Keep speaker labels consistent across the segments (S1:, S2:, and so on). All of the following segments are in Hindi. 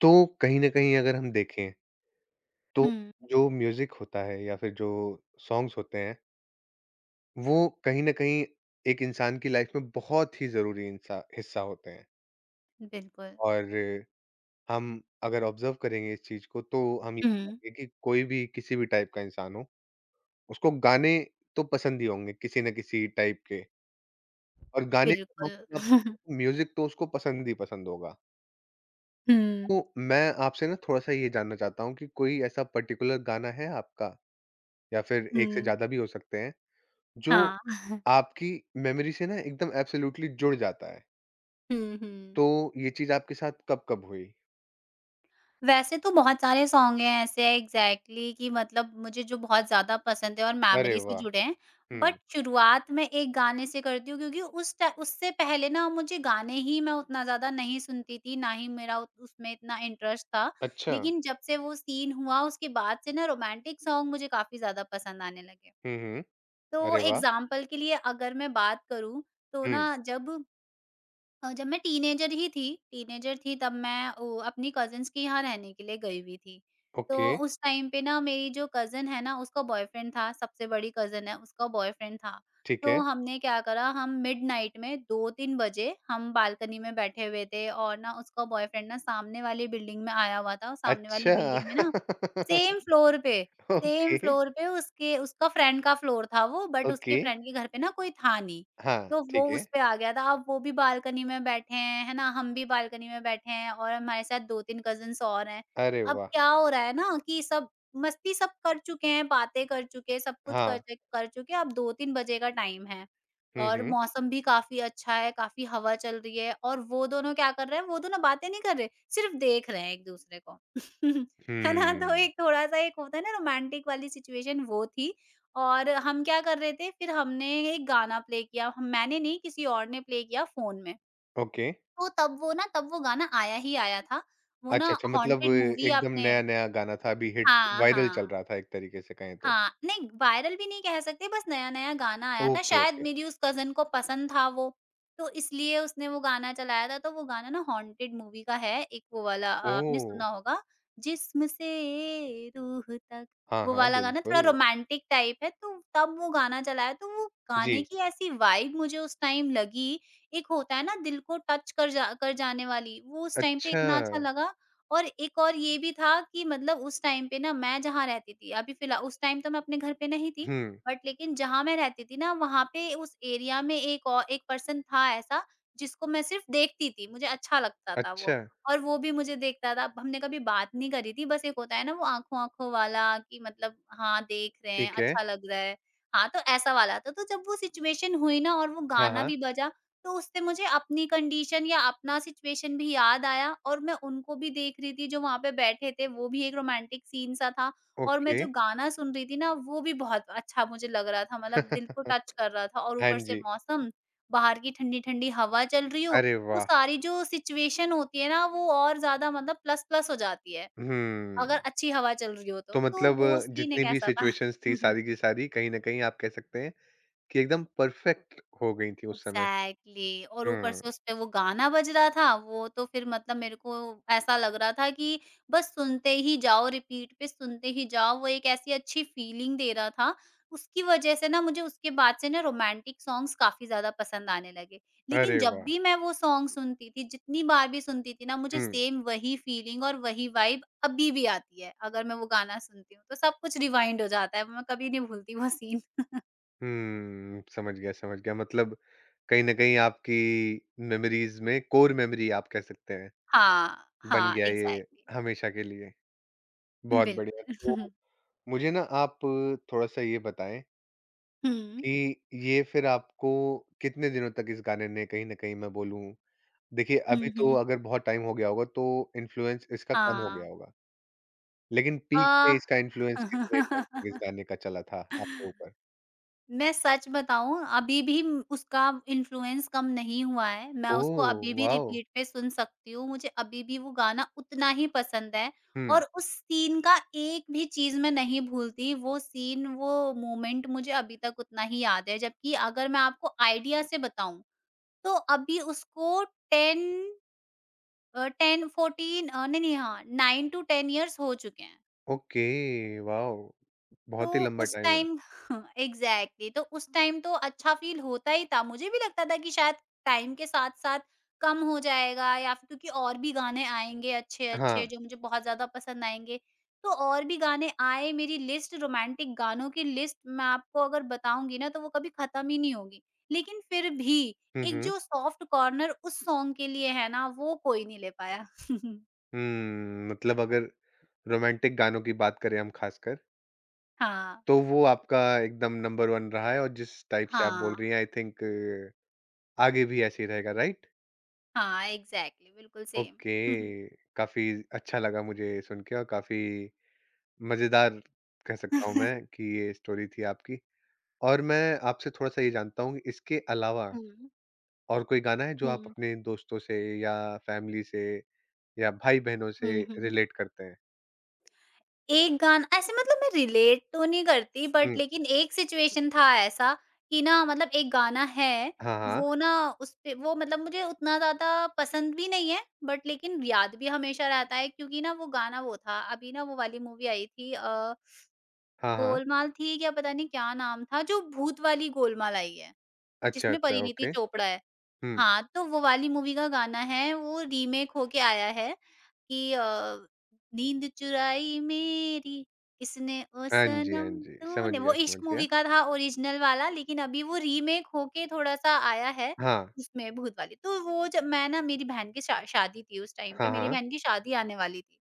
S1: तो कहीं न कहीं अगर हम देखें, तो
S2: हुँ,
S1: जो म्यूज़िक होता है या फिर जो सॉन्ग्स होते हैं, वो कहीं न कहीं एक इंसान की लाइफ़ में बहुत ही ज़रूरी इंसा हिस्सा होते हैं।
S2: बिल्कुल।
S1: और हम अगर ऑब्ज़र्व करेंगे इस चीज़ को तो हम ये
S2: हुँ।
S1: पाएँगे कि कोई भी किसी भी टाइप का इंसान हो, उसको गाने तो पसंद ही होंगे किसी न किसी टाइप के और गाने
S2: बिल्कुल।
S1: म्यूज़िक तो उसको पसंद ही पसंद होगा। तो
S2: हुँ,
S1: मैं आपसे ना थोड़ा-सा ये जानना चाहता हूँ कि कोई ऐसा पर्टिकुलर गाना है आपका? या फिर 1 से
S2: हुँ।
S1: ज़्यादा भी हो सकते हैं, जो
S2: हाँ।
S1: आपकी मेमोरी से ना एकदम एब्सोल्यूटली जुड़ जाता है।
S2: हुँ, हुँ।
S1: तो ये चीज़ आपके साथ कब-कब हुई?
S2: वैसे तो बहुत सारे सॉन्ग हैं ऐसे एग्ज़ैक्टली कि मतलब मुझे जो बहुत ज़्यादा पसंद है और
S1: अरे
S2: मेमोरी से
S1: वाह!
S2: जुड़े हैं। बट
S1: हुँ।
S2: शुरुआत मैं एक गाने से करती हूँ क्योंकि उस टा उससे पहले ना मुझे गाने ही मैं उतना ज़्यादा नहीं सुनती थी, ना ही मेरा उत उसमें इतना इंटरेस्ट था।
S1: अच्छा।
S2: लेकिन जब से वो सीन हुआ उसके बाद से ना रोमांटिक सॉन्ग मुझे काफ़ी ज़्यादा पसंद आने लगे।
S1: हुँ, हुँ।
S2: तो
S1: अरे वाह!
S2: एग्ज़ाम्पल के लिए अगर मैं बात करूँ, तो
S1: हुँ,
S2: ना जब जब मैं टीनेजर थी तब मैं अपनी कज़िन्स के यहाँ रहने के लिए गई हुई थी। तो
S1: ओके,
S2: उस टाइम पे ना मेरी जो कज़िन है ना उसका बॉयफ्रेंड था, सबसे बड़ी कज़िन है उसका बॉयफ्रेंड था।
S1: ठीक
S2: तो
S1: है।
S2: हमने क्या करा, हम मिडनाइट में 2-3 बजे हम बालकनी में बैठे हुए थे और ना उसका बॉयफ्रेंड ना सामने वाली बिल्डिंग में आया हुआ था और सामने वाली
S1: अच्छा।
S2: बिल्डिंग में ना सेम फ्लोर पे
S1: ओके,
S2: सेम फ्लोर पे उसके उसका फ्रेंड का फ्लोर था वो, बट उसके
S1: ओके।
S2: फ्रेंड के घर पे ना कोई था नहीं।
S1: हाँ,
S2: तो वो
S1: ठीक है।
S2: उस पे आ गया था, अब वो भी बालकनी में बैठे हैं, है ना? हम भी बालकनी में बैठे हैं और हमारे साथ 2-3 कज़िन्स और हैं।
S1: अरे
S2: अब
S1: वाह!
S2: क्या हो रहा है ना कि सब मस्ती सब कर चुके हैं, बातें कर चुके हैं, सब कुछ
S1: हाँ।
S2: कर चुके हैं, अब 2-3 बजे का टाइम है
S1: हुँ,
S2: और
S1: हुँ।
S2: मौसम भी काफ़ी अच्छा है, काफ़ी हवा चल रही है और वो दोनों क्या कर रहे हैं, वो दोनों बातें नहीं कर रहे, सिर्फ़ देख रहे हैं एक-दूसरे को। है ना? तो
S1: हम्म,
S2: एक थोड़ा-सा एक होता है ना रोमांटिक वाली सिचुएशन, वो थी और हम क्या कर रहे थे, फिर हमने एक गाना प्ले किया, हम मैंने नहीं किसी और ने प्ले किया फ़ोन में।
S1: ओके।
S2: तो तब वो गाना आया ही आया था। वो ना
S1: अच्छा, अच्छा मतलब
S2: हॉन्टेड मूवी
S1: एकदम
S2: आपने
S1: नया-नया गाना था, अभी हिट
S2: हाँ,
S1: वायरल चल
S2: हाँ।
S1: रहा था एक तरीके से कहें तो।
S2: हाँ, नहीं वायरल भी नहीं कह सकते, बस नया-नया गाना आया था,
S1: ओके,
S2: शायद
S1: ओके।
S2: मेरी उस कज़न को पसंद था वो, तो इसलिए उसने वो गाना चलाया था, तो वो गाना ना हॉन्टेड मूवी का है, एक वो वाला आपने
S1: ओह!
S2: सुना होगा, जिस्म से रूह तक,
S1: हाँ,
S2: वो
S1: हाँ,
S2: वाला गाना
S1: बिल्कुल।
S2: थोड़ा रोमांटिक टाइप है, तो तब वो गाना चलाया, तो वो
S1: जी,
S2: गाने की ऐसी वाइब मुझे उस टाइम लगी, एक होता है ना दिल को टच कर जाने वाली, वो उस टाइम पे
S1: अच्छा,
S2: इतना अच्छा लगा और एक और ये भी था कि मतलब उस टाइम पे ना मैं जहाँ रहती थी, अभी फिलहा उस टाइम तो मैं अपने घर पे नहीं थी,
S1: हुँ,
S2: बट लेकिन जहाँ मैं रहती थी ना वहाँ पे उस एरिया में एक पर्सन था ऐसा, जिसको मैं सिर्फ देखती थी, मुझे अच्छा लगता था
S1: अच्छा,
S2: वो और वो भी मुझे देखता था, हमने कभी बात नहीं करी थी, बस एक होता है ना वो आंखों आंखों वाला कि मतलब हाँ देख रहे हैं
S1: ठीक है।
S2: अच्छा लग रहा है। हाँ, तो ऐसा वाला था, तो जब वो सिचुएशन हुई ना और वो
S1: हाँ,
S2: गाना
S1: हाँ,
S2: भी बजा, तो उससे मुझे अपनी कंडीशन या अपना सिचुएशन भी याद आया और मैं उनको भी देख रही थी, जो वहाँ पे बैठे थे, वो भी एक रोमांटिक सीन सा था और मैं
S1: ओके।
S2: जो गाना सुन रही थी ना, वो भी बहुत अच्छा मुझे लग रहा था, मतलब दिल को टच कर रहा था और
S1: हाँ
S2: ऊपर से
S1: जी,
S2: मौसम, बाहर की ठंडी-ठंडी हवा चल रही हो,
S1: अरे
S2: तो
S1: वाह!
S2: सारी जो सिचुएशन होती है ना, वो और ज़्यादा मतलब प्लस-प्लस हो जाती है, अगर
S1: हुँ,
S2: अच्छी हवा चल रही हो तो।
S1: तो
S2: तो
S1: मतलब
S2: वो सीन
S1: जितनी
S2: एक
S1: भी
S2: ऐसा था।
S1: सिचुएशंस थी, सारी की सारी कहीं न कहीं आप कह सकते हैं कि एकदम परफ़ेक्ट हो गई थी उस समय।
S2: एग्ज़ैक्टली, और ऊपर
S1: हुँ,
S2: से उसपे वो गाना बज रहा था, वो तो फिर मतलब मेरे को ऐसा लग रहा था कि बस सुनते ही जाओ, रिपीट पे सुनते ही जाओ, वो एक ऐसी अच्छी फीलिंग दे रहा था। उसकी वजह से ना मुझे उसके बाद से ना रोमांटिक सॉन्ग्स काफ़ी ज़्यादा पसंद आने लगे। लेकिन
S1: अरे
S2: जब
S1: वाह!
S2: भी मैं वो सॉन्ग सुनती थी, जितनी बार भी सुनती थी ना, मुझे
S1: हुँ,
S2: सेम वही फीलिंग और वही वाइब अभी भी आती है, अगर मैं वो गाना सुनती हूँ, तो सब कुछ रिवाइंड हो जाता है, मैं कभी नहीं भूलती वो सीन।
S1: हुँ, समझ गया, समझ गया। मतलब कहीं न कहीं आपकी मेमोरीज़ में कोर मेमोरी आप कह सकते हैं,
S2: हाँ,
S1: बन
S2: हाँ,
S1: गया ये
S2: एग्ज़ैक्टली।
S1: हमेशा के लिए। बहुत बढ़िया, तो
S2: बिल्कुल।
S1: मुझे ना आप थोड़ा-सा ये बताएँ
S2: हुँ।
S1: कि ये फिर आपको कितने दिनों तक इस गाने ने कहीं न कहीं मैं बोलूँ देखिए अभी
S2: हुँ,
S1: तो
S2: हुँ।
S1: अगर बहुत टाइम हो गया होगा तो इन्फ्लुएंस इसका कम हो
S2: हाँ।
S1: गया होगा। लेकिन पीक पे
S2: अ,
S1: इसका इन्फ्लुएंस कितने टाइम तक इस गाने का चला था आपके ऊपर?
S2: मैं सच बताऊँ अभी भी उसका इन्फ्लुएंस कम नहीं हुआ है। मैं उसको
S1: ओह!
S2: अभी भी
S1: वॉव!
S2: रिपीट पे सुन सकती हूँ। मुझे अभी भी वो गाना उतना ही पसंद है
S1: हुँ,
S2: और उस सीन का एक भी चीज़ मैं नहीं भूलती। वो सीन, वो मोमेंट मुझे अभी तक उतना ही याद है। जबकि अगर मैं आपको आइडिया से बताऊँ, तो अभी उसको 10 अ, 10 14 अ, नहीं-नहीं हाँ, 9 टू 10 इयर्स हो चुके हैं।
S1: Okay wow!
S2: तो
S1: बहुत ही लंबा
S2: उस
S1: टाइम है।
S2: टाइम एग्ज़ैक्टली, तो उस टाइम तो अच्छा फ़ील होता ही था। मुझे भी लगता था कि शायद टाइम के साथ-साथ कम हो जाएगा या फिर क्योंकि और भी गाने आएँगे अच्छे-अच्छे
S1: हाँ।
S2: जो मुझे बहुत ज़्यादा पसंद आएँगे। तो और भी गाने आए, मेरी लिस्ट रोमांटिक गानों की लिस्ट मैं आपको अगर बताऊँगी ना तो वो कभी ख़त्म ही नहीं होगी। लेकिन फिर भी
S1: हुँ,
S2: एक
S1: हुँ।
S2: जो सॉफ्ट कॉर्नर उस सॉन्ग के लिए है ना, वो कोई नहीं ले पाया।
S1: हुँ, मतलब अगर रोमांटिक गानों की बात करें हम खासकर
S2: हाँ।
S1: तो वो आपका एकदम नंबर 1 रहा है और जिस टाइप से आप बोल
S2: हाँ,
S1: रही हैं आई थिंक आगे भी ऐसे ही रहेगा राइट?
S2: हाँ, एग्ज़ैक्टली, बिल्कुल सेम।
S1: ओके, काफ़ी अच्छा लगा मुझे सुन के और काफ़ी मज़ेदार कह सकता हूँ मैं कि ये स्टोरी थी आपकी। और मैं आपसे थोड़ा-सा ये जानता हूँ कि इसके अलावा
S2: हुँ,
S1: और कोई गाना है जो आप
S2: हुँ,
S1: अपने दोस्तों से या फैमिली से या भाई-बहनों से
S2: हुँ, हुँ।
S1: रिलेट करते हैं?
S2: एक गाना ऐसे मतलब मैं रिलेट तो नहीं करती,
S1: हुँ,
S2: बट लेकिन एक सिचुएशन था ऐसा कि ना मतलब एक गाना है,
S1: हाँ, हाँ।
S2: वो ना उसपे वो मतलब मुझे उतना ज़्यादा पसंद भी नहीं है, बट लेकिन याद भी हमेशा रहता है क्योंकि ना वो था, अभी ना वो वाली मूवी आई थी
S1: हाँ, हाँ।
S2: गोलमाल थी या पता नहीं क्या नाम था, जो भूत वाली गोलमाल आई है।
S1: अच्छा,
S2: जिसमें
S1: अच्छा,
S2: परिणीति
S1: ओके।
S2: चोपड़ा है।
S1: हुँ।
S2: हाँ, तो वो वाली मूवी का गाना है, वो रीमेक होके आया है कि नींद चुराई मेरी किसने ओ
S1: हाँ जी, हाँ
S2: सनम
S1: जी। समझ
S2: तूने, वो
S1: गया, समझ
S2: इश्क
S1: गया।
S2: मूवी का था ओरिजिनल वाला, लेकिन अभी वो रीमेक होके थोड़ा-सा आया है
S1: हाँ।
S2: उसमें भूत वाली। तो वो जब मैं ना मेरी बहन की शा शादी थी उस टाइम पे,
S1: हाँ,
S2: मेरी
S1: हाँ।
S2: बहन की शादी आने वाली थी।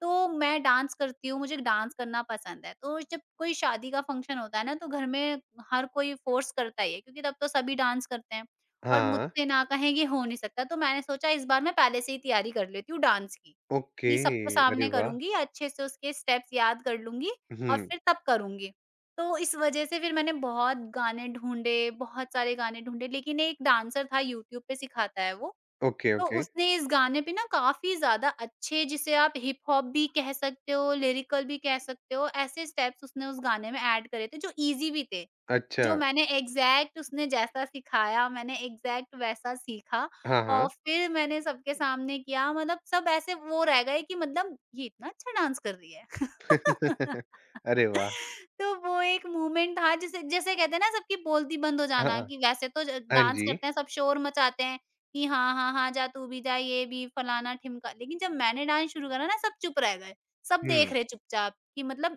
S2: तो मैं डांस करती हूँ, मुझे डांस करना पसंद है। तो जब कोई शादी का फंक्शन होता है ना, तो घर में हर कोई फ़ोर्स करता ही है क्योंकि तब तो सभी डांस करते हैं और
S1: हाँ,
S2: मुझसे ना कहें ये हो नहीं सकता। तो मैंने सोचा इस बार मैं पहले से ही तैयारी कर लेती हूँ डांस की,
S1: ओके,
S2: कि सबके
S1: अरे
S2: सामने
S1: वाह!
S2: करूँगी, अच्छे से उसके स्टेप्स याद कर लूँगी और
S1: हुँ,
S2: फिर तब करूँगी। तो इस वजह से फिर मैंने बहुत गाने ढूँढे, बहुत सारे गाने ढूँढे, लेकिन एक डांसर था यूट्यूब पे सिखाता है वो,
S1: ओके,
S2: तो
S1: ओके,
S2: उसने इस गाने पे ना काफ़ी ज़्यादा अच्छे, जिसे आप हिप हॉप भी कह सकते हो, लिरिकल भी कह सकते हो, ऐसे स्टेप्स उसने उस गाने में ऐड करे थे जो ईज़ी भी थे।
S1: अच्छा,
S2: जो मैंने एग्ज़ैक्ट, उसने जैसा सिखाया मैंने एग्ज़ैक्ट वैसा सीखा
S1: हाँ, हाँ।
S2: और फिर मैंने सबके सामने किया, मतलब सब ऐसे वो रह गए कि मतलब ये इतना अच्छा डांस कर रही है।
S1: अरे वाह!
S2: तो वो एक मोमेंट था, जिसे जैसे कहते हैं ना सबकी बोलती बंद हो
S1: हाँ,
S2: जाना कि वैसे तो ज
S1: हाँ
S2: डांस
S1: जी,
S2: करते हैं सब शोर मचाते हैं कि हाँ, हाँ, हाँ, जा तू भी जा, ये भी फलाना ढिमका। लेकिन जब मैंने डांस शुरू करा ना सब चुप रह गए। सब
S1: हुँ,
S2: देख रहे चुपचाप कि मतलब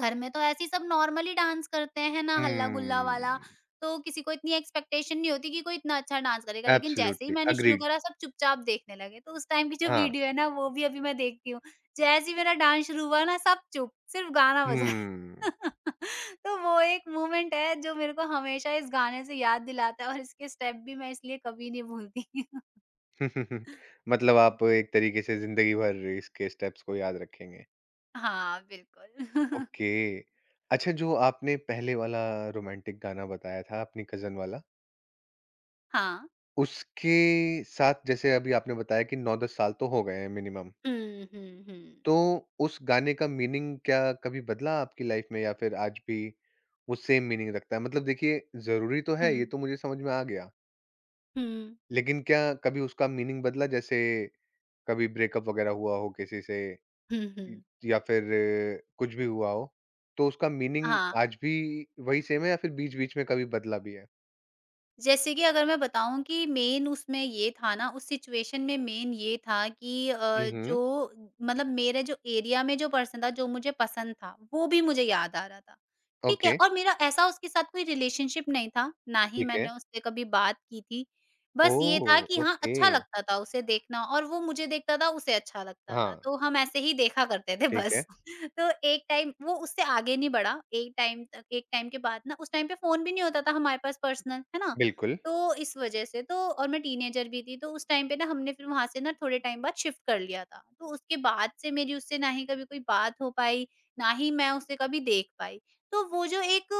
S2: घर में तो ऐसे ही सब नॉर्मली डांस करते हैं ना हल्ला-गुल्ला वाला,
S1: हुँ,
S2: तो किसी को इतनी एक्सपेक्टेशन नहीं होती कि कोई इतना अच्छा डांस करेगा। लेकिन जैसे ही
S1: एब्सोल्युटली,
S2: मैंने शुरू
S1: एग्रीड,
S2: करा सब चुपचाप देखने लगे। तो उस टाइम की जो
S1: हाँ,
S2: वीडियो है ना वो भी अभी मैं देखती हूँ। जैसे ही मेरा डांस शुरू हुआ ना सब चुप, सिर्फ गाना बजा।
S1: हुँ।
S2: तो वो एक मोमेंट है जो मेरे को हमेशा इस गाने से याद दिलाता है और इसके स्टेप भी मैं इसलिए कभी नहीं भूलती।
S1: मतलब आप एक तरीके से ज़िंदगी भर इसके स्टेप्स को याद रखेंगे,
S2: हाँ, बिल्कुल।
S1: ओके। अच्छा जो आपने पहले वाला रोमांटिक गाना बताया था, अपनी कज़न वाला,
S2: हाँ।
S1: उसके साथ जैसे अभी आपने बताया कि 9-10 साल तो हो गए हैं मिनिमम।
S2: हुँ, हुँ, हुँ।
S1: तो उस गाने का मीनिंग क्या कभी बदला आपकी लाइफ में या फिर आज भी वो सेम मीनिंग रखता है? मतलब देखिए ज़रूरी तो है ये
S2: हुँ।
S1: तो मुझे समझ में आ गया,
S2: हुँ,
S1: लेकिन क्या कभी उसका मीनिंग बदला जैसे कभी ब्रेकअप वगैरह हुआ हो किसी से
S2: हुँ,
S1: इ
S2: हुँ।
S1: या फिर कुछ भी हुआ हो, तो उसका मीनिंग
S2: हाँ।
S1: आज भी वही सेम है या फिर बीच-बीच में कभी बदला भी है?
S2: जैसे कि अगर मैं बताऊँ कि मेन उसमें ये था ना, उस सिचुएशन में मेन ये था कि
S1: हुँ, हुँ।
S2: जो मतलब मेरे जो एरिया में जो पर्सन था, जो मुझे पसंद था, वो भी मुझे याद आ रहा था। ठीक है?
S1: ओके,
S2: और मेरा ऐसा उसके साथ कोई रिलेशनशिप नहीं था, ना ही
S1: ठीक है।
S2: मैंने उससे कभी बात की थी। बस ये
S1: ओह!
S2: था कि हाँ,
S1: ओके।
S2: अच्छा लगता था उसे देखना और वो मुझे देखता था, उसे अच्छा लगता था।
S1: हाँ,
S2: तो हम ऐसे ही देखा करते थे
S1: ठीक है।
S2: बस। तो एक टाइम वो उससे आगे नहीं बढ़ा। एक टाइम के बाद ना उस टाइम पे फ़ोन भी नहीं होता था हमारे पास पर्सनल, है ना?
S1: बिल्कुल।
S2: तो इस वजह से तो और मैं टीनेजर भी थी, तो उस टाइम पे ना हमने फिर वहाँ से ना थोड़े टाइम बाद शिफ्ट कर लिया था। तो उसके बाद से मेरी उससे ना ही कभी कोई बात हो पाई, ना ही मैं उसे कभी देख पाई। तो वो जो एक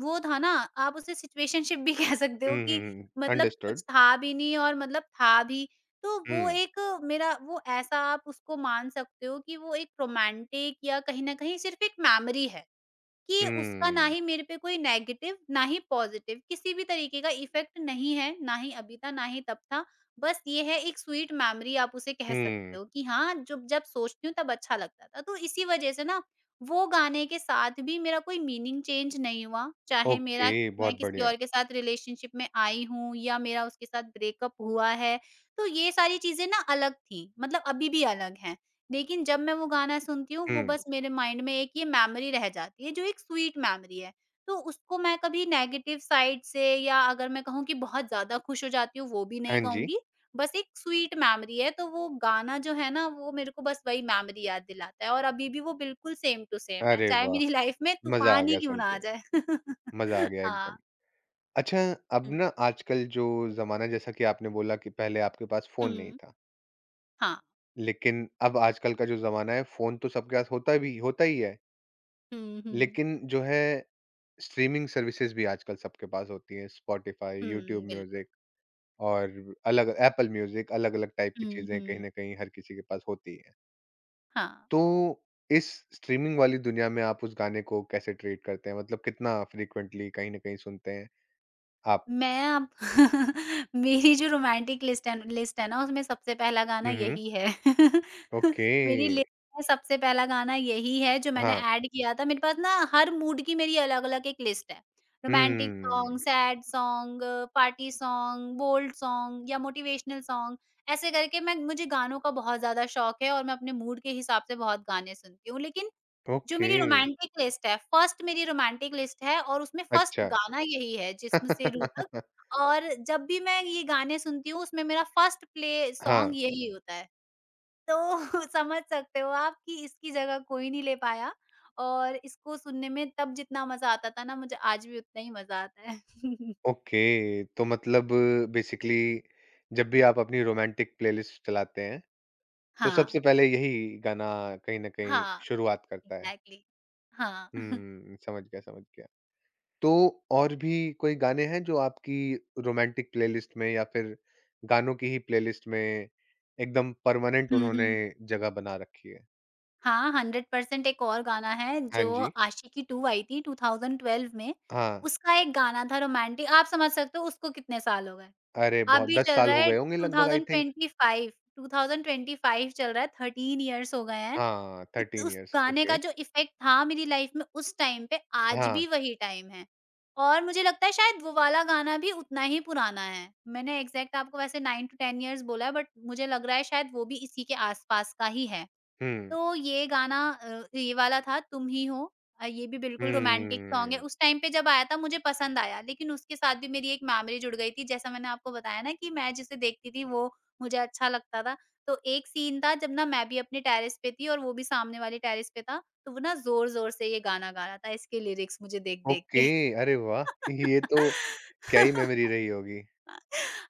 S2: वो था ना, आप उसे सिचुएशनशिप भी कह सकते
S1: हुँ,
S2: हो
S1: हुँ,
S2: कि
S1: हुँ।
S2: मतलब
S1: अंडरस्टूड।
S2: कुछ था भी नहीं और मतलब था भी। तो वो
S1: हुँ,
S2: एक मेरा वो ऐसा आप उसको मान सकते हो कि वो एक रोमांटिक या कहीं न कहीं सिर्फ़ एक मेमोरी है। कि उसका ना
S1: हुँ,
S2: ही मेरे पे कोई नेगेटिव, ना ही पॉज़िटिव किसी भी तरीके का इफ़ेक्ट नहीं है, ना ही अभी था, ना ही तब था। बस ये है एक स्वीट मेमोरी आप उसे कह सकते
S1: हुँ।
S2: हो कि हाँ, जब जब सोचती हूँ तब अच्छा लगता था। तो इसी वज़ह से ना वो गाने के साथ भी मेरा कोई मीनिंग चेंज नहीं हुआ। चाहे
S1: ओके,
S2: मेरा मैं
S1: बहुत
S2: किसी
S1: बढ़िया।
S2: और के साथ रिलेशनशिप में आई हूँ या मेरा उसके साथ ब्रेकअप हुआ है, तो ये सारी चीज़ें ना अलग थी, मतलब अभी भी अलग हैं। लेकिन जब मैं वो गाना सुनती हूँ, वो
S1: हुँ,
S2: बस मेरे माइंड में एक ये मेमोरी रह जाती है, जो एक स्वीट मेमोरी है। तो उसको मैं कभी नेगेटिव साइड से या अगर मैं कहूँ कि बहुत ज़्यादा खुश हो जाती हूँ, वो भी
S1: हाँ
S2: नहीं
S1: जी।
S2: कहूँगी। बस एक स्वीट मेमोरी है, तो वो गाना जो है ना, वो मेरे को बस वही मेमोरी याद दिलाता है और अभी भी वो बिल्कुल सेम टू सेम है,
S1: अरे
S2: चाहे
S1: वाह!
S2: मेरी लाइफ में
S1: मज़ा आ
S2: तूफ़ान ही
S1: गया
S2: क्यों
S1: सुन
S2: ना आ
S1: के,
S2: जाए।
S1: मज़ा आ गया एकदम।
S2: हाँ।
S1: अच्छा, अब
S2: हुँ,
S1: ना आजकल जो ज़माना जैसा कि आपने बोला कि पहले आपके पास फ़ोन नहीं
S2: हुँ,
S1: था,
S2: हाँ।
S1: लेकिन अब आजकल का जो ज़माना है फ़ोन तो सबके पास होता भी होता ही है,
S2: हुँ, हुँ,
S1: लेकिन जो है स्ट्रीमिंग सर्विसेज़ भी आजकल सबके पास होती हैं, स्पॉटिफ़ाई, यूट्यूब
S2: हुँ, बिल्कुल।
S1: म्यूज़िक और अलग एप्पल म्यूज़िक अलग-अलग टाइप की
S2: हुँ,
S1: चीज़ें कहीं
S2: हुँ,
S1: न कहीं हर किसी के पास होती हैं।
S2: हाँ।
S1: तो इस स्ट्रीमिंग वाली दुनिया में आप उस गाने को कैसे ट्रीट करते हैं? मतलब कितना फ्रीक्वेंटली कहीं न कहीं सुनते हैं आप?
S2: मैं आप मेरी जो रोमांटिक लिस्ट है ना उसमें सबसे पहला गाना
S1: हुँ, हुँ।
S2: यही है।
S1: ओके।
S2: मेरी लिस्ट में सबसे पहला गाना यही है जो मैंने
S1: हाँ।
S2: ऐड किया था। मेरे पास ना हर मूड की मेरी अलग-अलग एक लिस्ट है। Romantic
S1: hmm,
S2: song, sad song, party song, bold song या मोटिवेशनल सॉन्ग ऐसे करके मैं मुझे गानों का बहुत ज़्यादा शौक है और मैं अपने मूड के हिसाब से बहुत गाने सुनती हूँ। लेकिन जो
S1: ओके।
S2: मेरी रोमांटिक लिस्ट है, फर्स्ट मेरी रोमांटिक लिस्ट है और उसमें फर्स्ट
S1: अच्छा।
S2: गाना यही है, 'जिस्म से रूह तक' और जब भी मैं ये गाने सुनती हूँ, उसमें मेरा फर्स्ट प्ले
S1: हाँ,
S2: सॉन्ग यही होता है। तो समझ सकते हो आप कि इसकी जगह कोई नहीं ले पाया और इसको सुनने में तब जितना मज़ा आता था ना, मुझे आज भी उतना ही मज़ा आता है।
S1: ओके। तो मतलब बेसिकली जब भी आप अपनी रोमांटिक प्लेलिस्ट चलाते हैं, तो
S2: हाँ,
S1: सबसे पहले यही गाना कहीं न कहीं
S2: हाँ,
S1: शुरुआत करता है।
S2: एग्ज़ैक्टली। हाँ।
S1: हुँ, समझ गया, समझ गया। तो और भी कोई गाने हैं जो आपकी रोमांटिक प्लेलिस्ट में या फिर गानों की ही प्लेलिस्ट में एकदम परमानेंट
S2: हुँ,
S1: उन्होंने
S2: हुँ।
S1: जगह बना रखी है?
S2: हाँ, 100% एक और गाना है
S1: हाँ
S2: जो
S1: जी।
S2: आशिकी 2 आई थी 2012 में,
S1: हाँ।
S2: उसका एक गाना था रोमांटिक, आप समझ सकते हो उसको कितने साल हो गए।
S1: अरे बहुत
S2: अभी
S1: 10
S2: चल
S1: साल
S2: रहा
S1: हो
S2: है
S1: गए होंगे लगभग आई थिंक।
S2: 2025 2025 चल रहा है, 13 इयर्स हो गए हैं।
S1: हाँ,
S2: उत
S1: 13
S2: उस
S1: इयर्स
S2: गाने
S1: ओके।
S2: का जो इफ़ेक्ट था मेरी लाइफ़ में उस टाइम पे आज
S1: हाँ।
S2: भी वही टाइम है। और मुझे लगता है शायद वो वाला गाना भी उतना ही पुराना है। मैंने एग्ज़ैक्ट आपको वैसे 9 टू 10 इयर्स बोला है बट मुझे लग रहा है शायद वो भी इसी के आस-पास का ही है।
S1: हुँ।
S2: तो ये गाना, ये वाला था 'तुम ही हो', ये भी बिल्कुल रोमांटिक सॉन्ग है।
S1: हुँ।
S2: उस टाइम पे जब आया था मुझे पसंद आया, लेकिन उसके साथ भी मेरी एक मेमोरी जुड़ गई थी। जैसा मैंने आपको बताया ना कि मैं जिसे देखती थी वो मुझे अच्छा लगता था। तो एक सीन था जब ना मैं भी अपने टेरेस पे थी और वो भी सामने वाले टेरेस पे था। तो वो ना ज़ोर-ज़ोर से ये गाना गा रहा था इसके लिरिक्स मुझे देख-देख
S1: ओके,
S2: के।
S1: अरे वाह! ये तो क्या ही मेमोरी रही होगी।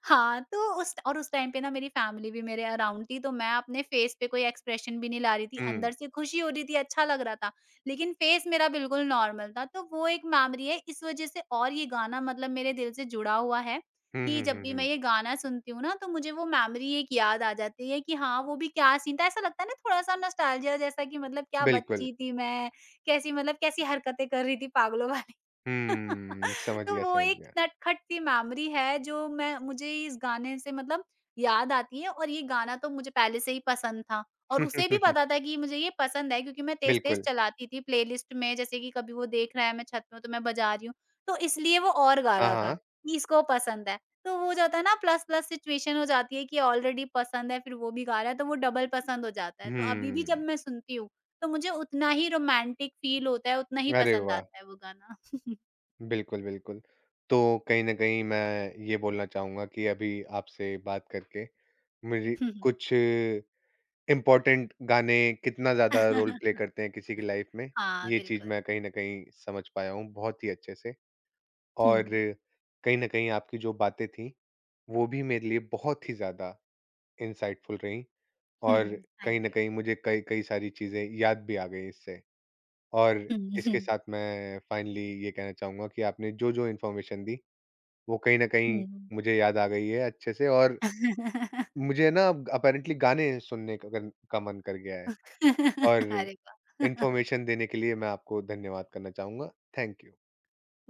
S2: हाँ, तो उस टाइम पे ना मेरी फैमिली भी मेरे अराउंड थी, तो मैं अपने फेस पे कोई एक्सप्रेशन भी नहीं ला रही थी,
S1: हुँ।
S2: अंदर से खुशी हो रही थी, अच्छा लग रहा था, लेकिन फेस मेरा बिल्कुल नॉर्मल था, तो वो एक मेमोरी है इस वज़ह से और ये गाना मतलब मेरे दिल से जुड़ा हुआ है,
S1: हुँ,
S2: कि
S1: हुँ,
S2: जब
S1: हुँ,
S2: भी मैं
S1: हुँ।
S2: ये गाना सुनती हूँ ना, तो मुझे वो मेमोरी एक याद आ जाती है कि हाँ, वो भी क्या सीन था, ऐसा लगता है ना थोड़ा-सा नॉस्टैल्जिया जैसा कि मतलब क्या
S1: बिल्कुल।
S2: बच्ची थी मैं, कैसी मतलब कैसी हरकतें कर रही थी पागलों वाली।
S1: हुँ, समझ
S2: तो
S1: गया,
S2: वो
S1: समझ
S2: एक
S1: गया।
S2: नटखट सी मेमोरी है जो मैं मुझे इस गाने से मतलब याद आती है और ये गाना तो मुझे पहले से ही पसंद था और उसे भी पता था कि मुझे ये पसंद है, क्योंकि मैं तेज-तेज
S1: बिल्कुल।
S2: चलाती थी प्लेलिस्ट में, जैसे कि कभी वो देख रहा है मैं छत में हूँ तो मैं बजा रही हूँ। तो इसलिए वो और गा
S1: हाँ,
S2: रहा था
S1: हाँ।
S2: कि इसको पसंद है। तो वो हो जाता है ना, प्लस-प्लस सिचुएशन हो जाती है कि ऑलरेडी पसंद है फिर वो भी गा रहा है तो वो डबल पसंद हो जाता है। तो अभी भी जब
S1: हुँ।
S2: मैं सुनती हूँ तो मुझे उतना ही रोमांटिक फील होता है, उतना ही
S1: अरे
S2: पसंद
S1: वाह!
S2: आता है वो गाना।
S1: बिल्कुल, बिल्कुल। तो कहीं न कहीं मैं ये बोलना चाहूँगा कि अभी आपसे बात करके मेरी
S2: हुँ, हुँ।
S1: कुछ इम्पोर्टेंट गाने कितना ज़्यादा रोल प्ले करते हैं किसी की लाइफ़ में,
S2: हाँ,
S1: ये चीज़
S2: बिल्कुल।
S1: मैं कहीं न कहीं समझ पाया हूँ बहुत ही अच्छे से।
S2: हुँ,
S1: और कहीं न कहीं आपकी जो बातें थीं, वो भी मेरे लिए बहुत ही ज़्यादा इंसाइटफुल रहीं
S2: हुँ,
S1: और
S2: हुँ,
S1: कहीं
S2: थैंक
S1: न
S2: यू।
S1: कहीं मुझे कई कई सारी चीज़ें याद भी आ गई इससे। और इसके
S2: हुँ,
S1: साथ मैं फाइनली ये कहना चाहूँगा कि आपने जो-जो इन्फॉर्मेशन दी वो कहीं न कहीं
S2: हुँ, हुँ।
S1: मुझे याद आ गई है अच्छे से और मुझे ना अब अपेरेंटली गाने सुनने का गन का मन कर गया है और
S2: अरे वाह!
S1: इन्फॉर्मेशन देने के लिए मैं आपको धन्यवाद करना चाहूँगा। Thank you.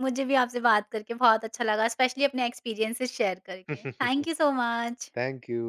S2: मुझे भी आपसे बात करके बहुत अच्छा लगा, स्पेशली अपने एक्सपीरियंसेस शेयर करके। Thank you so much.
S1: Thank you.